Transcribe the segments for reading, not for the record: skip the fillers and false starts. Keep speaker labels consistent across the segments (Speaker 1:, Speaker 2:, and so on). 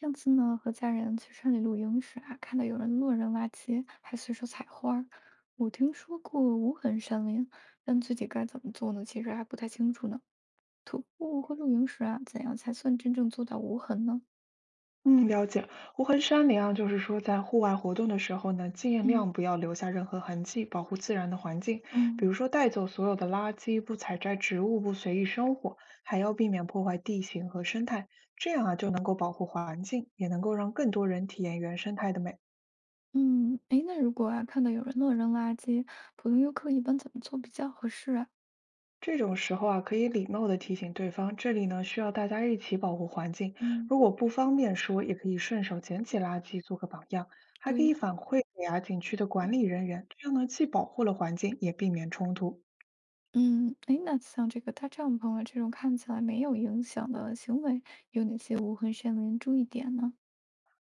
Speaker 1: 上次呢，和家人去山里露营时啊，看到有人乱扔垃圾，还随手采花儿。我听说过无痕山林，但具体该怎么做呢？其实还不太清楚呢。徒步和露营时啊，怎样才算真正做到无痕呢？
Speaker 2: 嗯，了解。无痕山林啊，就是说在户外活动的时候呢，尽
Speaker 1: 嗯，
Speaker 2: 量不要留下任何痕迹，保护自然的环境。比
Speaker 1: 嗯
Speaker 2: 如说带走所有的垃圾，不采摘植物，不随意生火，还要避免破坏地形和生态。这样啊，就能够保护环境，也能够让更多人体验原生态的美。
Speaker 1: 嗯，诶，那如果啊，看到有人乱扔垃圾，普通游客一般怎么做比较合适啊？
Speaker 2: 这种时候啊，可以礼貌的提醒对方，这里呢需要大家一起保护环境。
Speaker 1: 嗯，
Speaker 2: 如果不方便说，也可以顺手捡起垃圾做个榜样，还可以
Speaker 1: 对，
Speaker 2: 反馈给啊景区的管理人员，这样呢既保护了环境，也避免冲突。
Speaker 1: 嗯，哎，那像这个搭帐篷啊，这种看起来没有影响的行为，有哪些无痕山林注意点呢？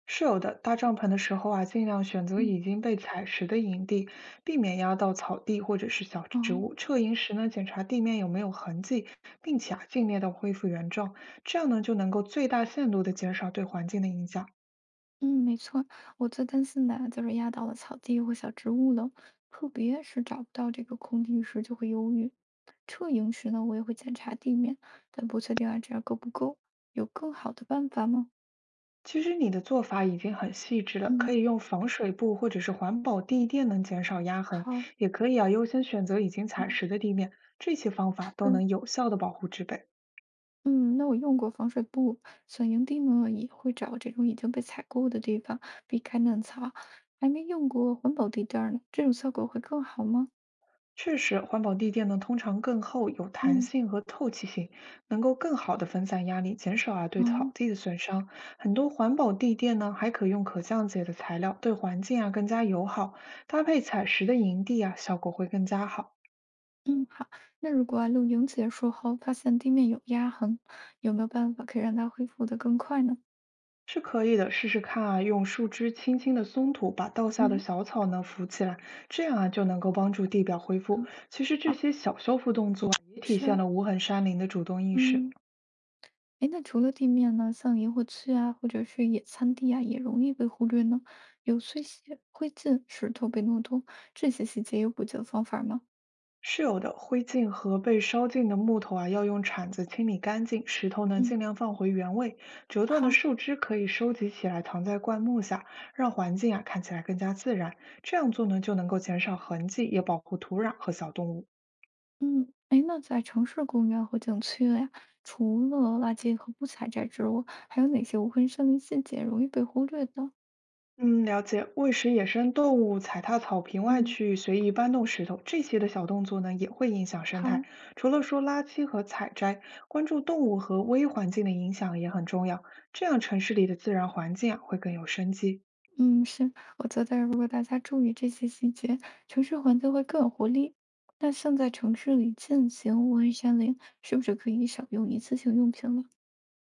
Speaker 2: 是有的，搭帐篷的时候啊，尽量选择
Speaker 1: 嗯。
Speaker 2: 已经被采食的营地，避免压到草地或者是小
Speaker 1: 哦。
Speaker 2: 植物。撤营时呢，检查地面有没有痕迹，并且啊，尽量的恢复原状，这样呢就能够最大限度的减少对环境的影响。
Speaker 1: 嗯，没错儿，我最担心的啊就是压到了草地或小植物了，特别是找不到这个空地时就会犹豫。撤营时呢，我也会检查地面，但不确定啊这样够不够。有更好的办法吗？
Speaker 2: 其实你的做法已经很细致了，可
Speaker 1: 嗯，
Speaker 2: 以用防水布或者是环保地垫能减少压痕，
Speaker 1: 好，
Speaker 2: 也可以啊优先选择已经踩
Speaker 1: 嗯，
Speaker 2: 实的地面，这些方法都
Speaker 1: 是，
Speaker 2: 能有效的保护植被。
Speaker 1: 嗯，那我用过防水布，选营地呢也会找这种已经被踩过的地方，避开嫩草。还没用过环保地垫儿呢，这种效果会更好吗？
Speaker 2: 确实，环保地垫呢通常更厚，有弹
Speaker 1: 嗯，
Speaker 2: 性和透气性，能够更好的分散压力，减少啊对草
Speaker 1: 哦，
Speaker 2: 地的损伤。很多环保地垫呢还可用可降解的材料，对环境啊更加友好，搭配踩实的营地啊效果会更加好。
Speaker 1: 嗯，好。那如果啊，露营结束后发现地面有压痕，有没有办法可以让它恢复的更快呢？
Speaker 2: 是可以的，试试看啊，用树枝轻轻的松土，把倒下的
Speaker 1: 嗯，
Speaker 2: 小草呢扶起来，这样啊就能够帮助地表恢复。
Speaker 1: 嗯，
Speaker 2: 其实这
Speaker 1: 好，
Speaker 2: 些小修复动作啊也体现
Speaker 1: 是，
Speaker 2: 了无痕山林的主动意识。
Speaker 1: 嗯，哎，那除了地面呢，像萤火区啊，或者是野餐地啊，也容易被忽略呢。有碎屑、灰烬、石头被弄脱，这些细节有补救方法吗？
Speaker 2: 是有的，灰烬和被烧尽的木头啊，要用铲子清理干净，石头呢
Speaker 1: 嗯，
Speaker 2: 尽量放回原位。折断的
Speaker 1: 好，
Speaker 2: 树枝可以收集起来，藏在灌木下，让环境啊看起来更加自然。这样做呢，就能够减少痕迹，也保护土壤和小动物。
Speaker 1: 嗯，哎，那在城市公园和景区呀，除了垃圾和不采摘植物，还有哪些无痕森林细节容易被忽略的？
Speaker 2: 嗯，了解。喂食野生动物、踩踏草坪外
Speaker 1: 嗯，
Speaker 2: 去随意搬动石头，这些的小动作呢，也会影响生态。
Speaker 1: 好。
Speaker 2: 除了说垃圾和采摘，关注动物和微环境的影响也很重要。这样城市里的自然环境啊，会更有生机。
Speaker 1: 嗯，是，我觉得如果大家注意这些细节，城市环境会更有活力。那像在城市里进行无痕山林，是不是可以少用一次性用品了？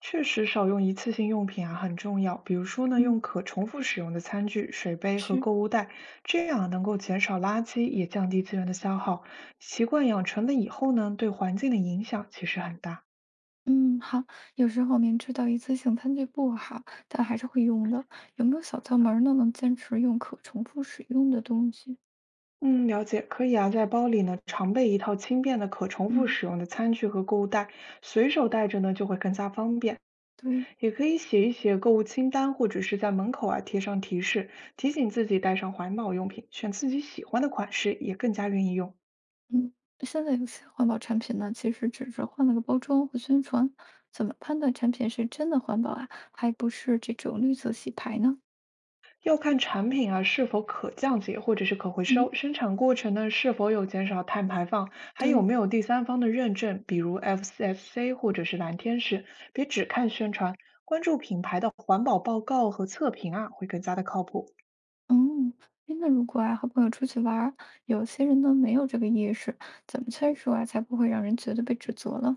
Speaker 2: 确实，少用一次性用品啊很重要。比如说呢，
Speaker 1: 嗯，
Speaker 2: 用可重复使用的餐具、水杯和
Speaker 1: 是，
Speaker 2: 购物袋，这样啊能够减少垃圾，也降低资源的消耗。习惯养成了以后呢，对环境的影响其实很大。
Speaker 1: 嗯，好。有时候明知道一次性餐具不好，但还是会用的。有没有小窍门儿呢？能坚持用可重复使用的东西？
Speaker 2: 嗯，了解，可以啊，在包里呢，常备一套轻便的、可重复
Speaker 1: 嗯，
Speaker 2: 使用的餐具和购物袋，随手带着呢就会更加方便。
Speaker 1: 对。
Speaker 2: 也可以写一写购物清单，或者是在门口啊贴上提示，提醒自己带上环保用品，选自己喜欢的款式，也更加愿意用。
Speaker 1: 嗯，现在有些环保产品呢，其实只是换了个包装和宣传，怎么判断产品是真的环保啊，还不是这种绿色洗牌呢？
Speaker 2: 要看产品啊是否可降解或者是可回
Speaker 1: 嗯，
Speaker 2: 收，生产过程呢是否有减少碳排放，还有
Speaker 1: 对，
Speaker 2: 没有第三方的认证，比如 FSC 或者是蓝天使。别只看宣传，关注品牌的环保报告和测评啊，会更加的靠谱。
Speaker 1: 嗯，诶那如果啊和朋友出去玩儿，有些人呢没有这个意识，怎么劝说啊才不会让人觉得被指责了？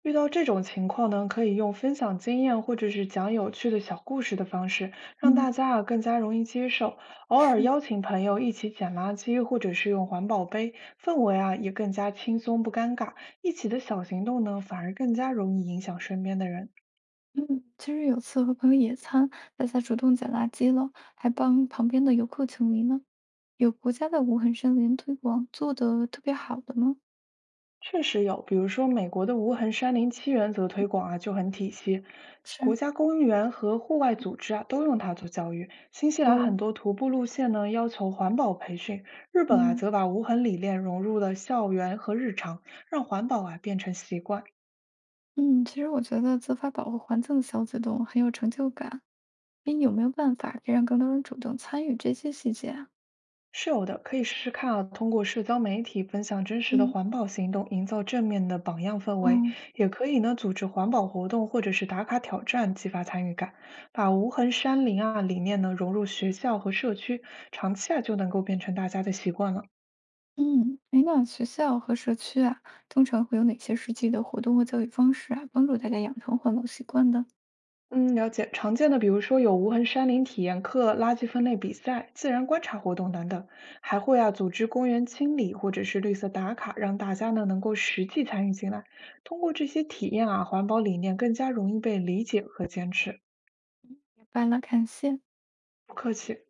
Speaker 2: 遇到这种情况呢，可以用分享经验或者是讲有趣的小故事的方式，让
Speaker 1: 嗯，
Speaker 2: 大家啊更加容易接受。偶尔
Speaker 1: 是，
Speaker 2: 邀请朋友一起捡垃圾，或者是用环保杯，氛围啊也更加轻松不尴尬。一起的小行动呢，反而更加容易影响身边的人。
Speaker 1: 嗯，其实有次和朋友野餐，大家主动捡垃圾了，还帮旁边的游客清理呢。有国家的无痕森林推广做的特别好的吗？
Speaker 2: 确实有，比如说美国的无痕山林七原则推广啊就很体系，
Speaker 1: 是，
Speaker 2: 国家公园和户外组织啊都用它做教育。新西兰
Speaker 1: 哦，
Speaker 2: 很多徒步路线呢要求环保培训，日本啊
Speaker 1: 嗯
Speaker 2: 则把无痕理念融入了校园和日常，让环保啊变成习惯。
Speaker 1: 嗯，其实我觉得自发保护环境的小举动很有成就感。哎，有没有办法可以让更多人主动参与这些细节啊？
Speaker 2: 是有的，可以试试看啊，通过社交媒体分享真实的
Speaker 1: 嗯，
Speaker 2: 环保行动，营造正面的榜样氛围，
Speaker 1: 嗯
Speaker 2: 也可以呢组织环保活动或者是打卡挑战，激发参与感，把无痕山林啊理念呢融入学校和社区，长期啊就能够变成大家的习惯了。
Speaker 1: 嗯，哎，那学校和社区啊，通常会有哪些实际的活动或教育方式啊，帮助大家养成环保习惯的？
Speaker 2: 嗯，了解。常见的，比如说有无痕山林体验课、垃圾分类比赛、自然观察活动等等，还会啊组织公园清理或者是绿色打卡，让大家呢能够实际参与进来。通过这些体验啊，环保理念更加容易被理解和坚持。
Speaker 1: 明白了，感谢。
Speaker 2: 不客气。